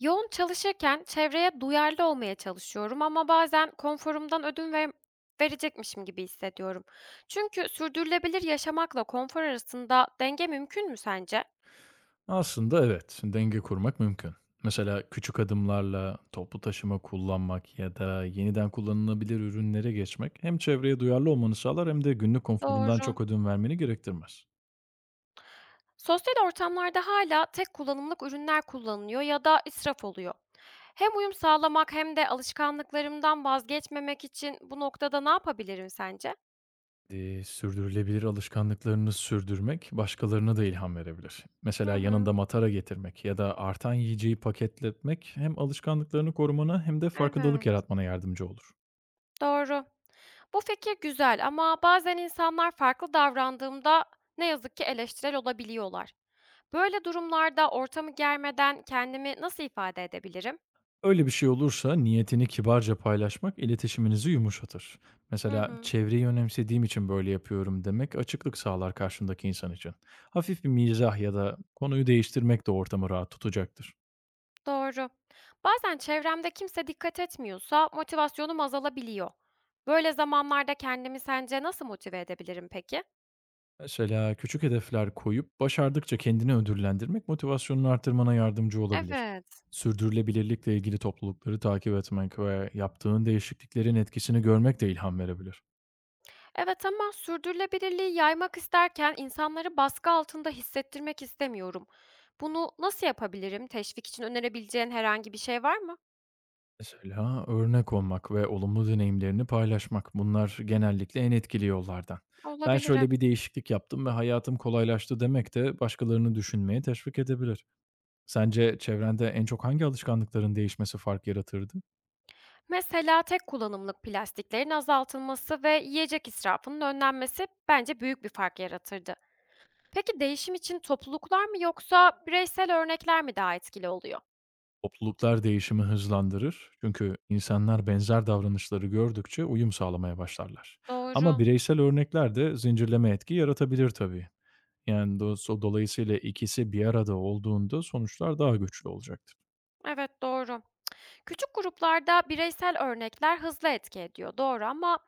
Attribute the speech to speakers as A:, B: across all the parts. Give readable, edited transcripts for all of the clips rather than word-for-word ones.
A: Yoğun çalışırken çevreye duyarlı olmaya çalışıyorum ama bazen konforumdan verecekmişim gibi hissediyorum. Çünkü sürdürülebilir yaşamakla konfor arasında denge mümkün mü sence?
B: Aslında evet, denge kurmak mümkün. Mesela küçük adımlarla toplu taşıma kullanmak ya da yeniden kullanılabilir ürünlere geçmek hem çevreye duyarlı olmanı sağlar hem de günlük konforundan
A: Doğru.
B: çok ödün vermeni gerektirmez.
A: Sosyal ortamlarda hala tek kullanımlık ürünler kullanılıyor ya da israf oluyor. Hem uyum sağlamak hem de alışkanlıklarımdan vazgeçmemek için bu noktada ne yapabilirim sence?
B: Sürdürülebilir alışkanlıklarını sürdürmek başkalarına da ilham verebilir.
A: Hı
B: Mesela
A: hı.
B: yanında matara getirmek ya da artan yiyeceği paketletmek hem alışkanlıklarını korumana hem de farkındalık
A: Evet.
B: yaratmana yardımcı olur.
A: Doğru. Bu fikir güzel ama bazen insanlar farklı davrandığımda ne yazık ki eleştirel olabiliyorlar. Böyle durumlarda ortamı germeden kendimi nasıl ifade edebilirim?
B: Öyle bir şey olursa niyetini kibarca paylaşmak iletişiminizi yumuşatır.
A: Hı
B: Mesela
A: hı,
B: çevreyi önemsediğim için böyle yapıyorum demek açıklık sağlar karşındaki insan için. Hafif bir mizah ya da konuyu değiştirmek de ortamı rahat tutacaktır.
A: doğru. Bazen çevremde kimse dikkat etmiyorsa motivasyonum azalabiliyor. Böyle zamanlarda kendimi sence nasıl motive edebilirim peki?
B: Mesela küçük hedefler koyup başardıkça kendini ödüllendirmek motivasyonunu artırmana yardımcı olabilir.
A: Evet.
B: Sürdürülebilirlikle ilgili toplulukları takip etmek ve yaptığın değişikliklerin etkisini görmek de ilham verebilir.
A: Evet ama sürdürülebilirliği yaymak isterken insanları baskı altında hissettirmek istemiyorum. Bunu nasıl yapabilirim? Teşvik için önerebileceğin herhangi bir şey var mı?
B: Mesela örnek olmak ve olumlu deneyimlerini paylaşmak. Bunlar genellikle en etkili yollardan. Ben
A: Olabilir, evet.
B: şöyle bir değişiklik yaptım ve hayatım kolaylaştı demek de başkalarını düşünmeye teşvik edebilir. Sence çevrende en çok hangi alışkanlıkların değişmesi fark yaratırdı?
A: Mesela tek kullanımlık plastiklerin azaltılması ve yiyecek israfının önlenmesi bence büyük bir fark yaratırdı. Peki değişim için topluluklar mı yoksa bireysel örnekler mi daha etkili oluyor?
B: Topluluklar değişimi hızlandırır. Çünkü insanlar benzer davranışları gördükçe uyum sağlamaya başlarlar. Ama
A: Doğru.
B: bireysel örnekler de zincirleme etki yaratabilir tabii. Yani dolayısıyla ikisi bir arada olduğunda sonuçlar daha güçlü olacaktır.
A: Evet, doğru. Küçük gruplarda bireysel örnekler hızlı etki ediyor, doğru ama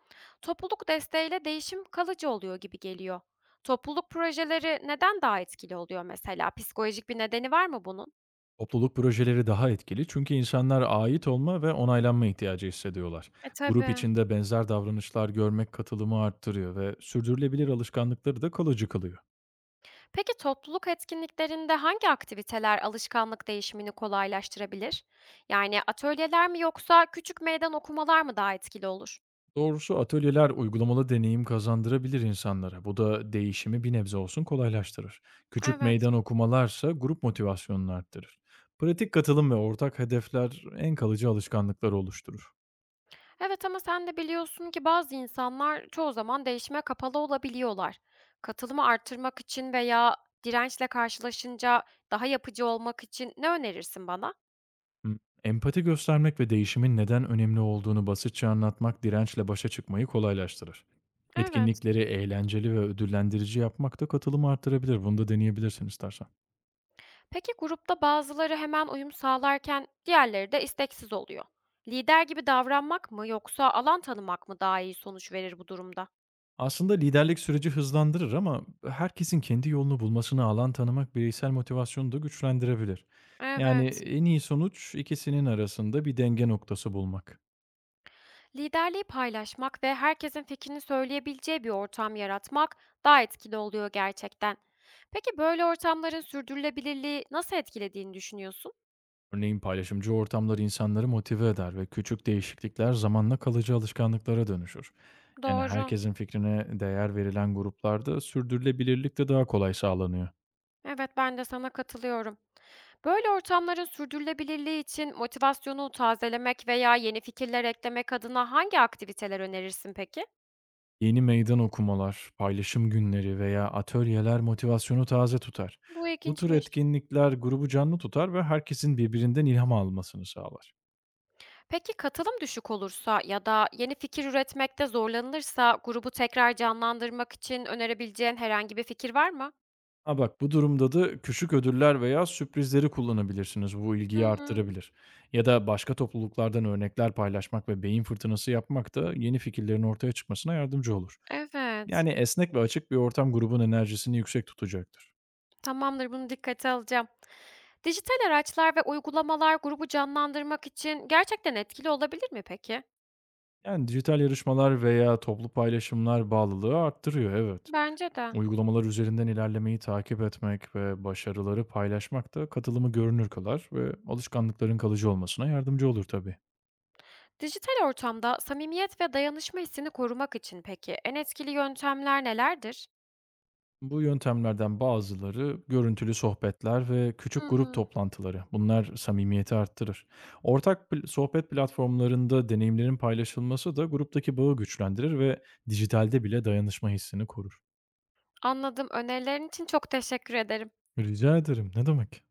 A: topluluk desteğiyle değişim kalıcı oluyor gibi geliyor. Topluluk projeleri neden daha etkili oluyor mesela? Psikolojik bir nedeni var mı bunun?
B: Topluluk projeleri daha etkili çünkü insanlar ait olma ve onaylanma ihtiyacı hissediyorlar.
A: E
B: Grup
A: tabii.
B: içinde benzer davranışlar görmek katılımı arttırıyor ve sürdürülebilir alışkanlıkları da kalıcı kılıyor.
A: Peki topluluk etkinliklerinde hangi aktiviteler alışkanlık değişimini kolaylaştırabilir? Yani atölyeler mi yoksa küçük meydan okumalar mı daha etkili olur?
B: Doğrusu atölyeler uygulamalı deneyim kazandırabilir insanlara. Bu da değişimi bir nebze olsun kolaylaştırır. Küçük
A: Evet.
B: meydan okumalarsa grup motivasyonunu arttırır. Pratik katılım ve ortak hedefler en kalıcı alışkanlıkları oluşturur.
A: Evet ama sen de biliyorsun ki bazı insanlar çoğu zaman değişime kapalı olabiliyorlar. Katılımı artırmak için veya dirençle karşılaşınca daha yapıcı olmak için ne önerirsin bana?
B: Hımm. Empati göstermek ve değişimin neden önemli olduğunu basitçe anlatmak dirençle başa çıkmayı kolaylaştırır.
A: Evet.
B: Etkinlikleri eğlenceli ve ödüllendirici yapmak da katılımı artırabilir. Bunu da deneyebilirsin istersen.
A: Peki grupta bazıları hemen uyum sağlarken diğerleri de isteksiz oluyor. Lider gibi davranmak mı yoksa alan tanımak mı daha iyi sonuç verir bu durumda?
B: Aslında liderlik süreci hızlandırır ama herkesin kendi yolunu bulmasına alan tanımak bireysel motivasyonu da güçlendirebilir. Yani
A: Evet.
B: en iyi sonuç ikisinin arasında bir denge noktası bulmak.
A: Liderliği paylaşmak ve herkesin fikrini söyleyebileceği bir ortam yaratmak daha etkili oluyor gerçekten. Peki böyle ortamların sürdürülebilirliği nasıl etkilediğini düşünüyorsun?
B: Örneğin paylaşımcı ortamlar insanları motive eder ve küçük değişiklikler zamanla kalıcı alışkanlıklara dönüşür. Yani,
A: Doğru.
B: herkesin fikrine değer verilen gruplarda sürdürülebilirlik de daha kolay sağlanıyor.
A: Evet, ben de sana katılıyorum. Böyle ortamların sürdürülebilirliği için motivasyonu tazelemek veya yeni fikirler eklemek adına hangi aktiviteler önerirsin peki?
B: Yeni meydan okumalar, paylaşım günleri veya atölyeler motivasyonu taze tutar.
A: Bu
B: Bu tür
A: ilginçmiş.
B: etkinlikler grubu canlı tutar ve herkesin birbirinden ilham almasını sağlar.
A: Peki katılım düşük olursa ya da yeni fikir üretmekte zorlanılırsa grubu tekrar canlandırmak için önerebileceğin herhangi bir fikir var mı?
B: Ha bak, bu durumda da küçük ödüller veya sürprizleri kullanabilirsiniz. Bu
A: Hı
B: ilgiyi
A: hı.
B: arttırabilir. Ya da başka topluluklardan örnekler paylaşmak ve beyin fırtınası yapmak da yeni fikirlerin ortaya çıkmasına yardımcı olur.
A: Evet.
B: Yani esnek ve açık bir ortam grubun enerjisini yüksek tutacaktır.
A: Tamamdır, bunu dikkate alacağım. Dijital araçlar ve uygulamalar grubu canlandırmak için gerçekten etkili olabilir mi peki?
B: Yani, dijital yarışmalar veya toplu paylaşımlar bağlılığı arttırıyor, evet.
A: Bence de.
B: Uygulamalar üzerinden ilerlemeyi takip etmek ve başarıları paylaşmak da katılımı görünür kılar ve alışkanlıkların kalıcı olmasına yardımcı olur tabii.
A: Dijital ortamda samimiyet ve dayanışma hissini korumak için peki en etkili yöntemler nelerdir?
B: Bu yöntemlerden bazıları görüntülü sohbetler ve
A: Hı
B: küçük grup
A: hı.
B: toplantıları. Bunlar samimiyeti arttırır. Ortak sohbet platformlarında deneyimlerin paylaşılması da gruptaki bağı güçlendirir ve dijitalde bile dayanışma hissini korur.
A: Anladım. Önerilerin için çok teşekkür ederim.
B: Rica ederim, ne demek.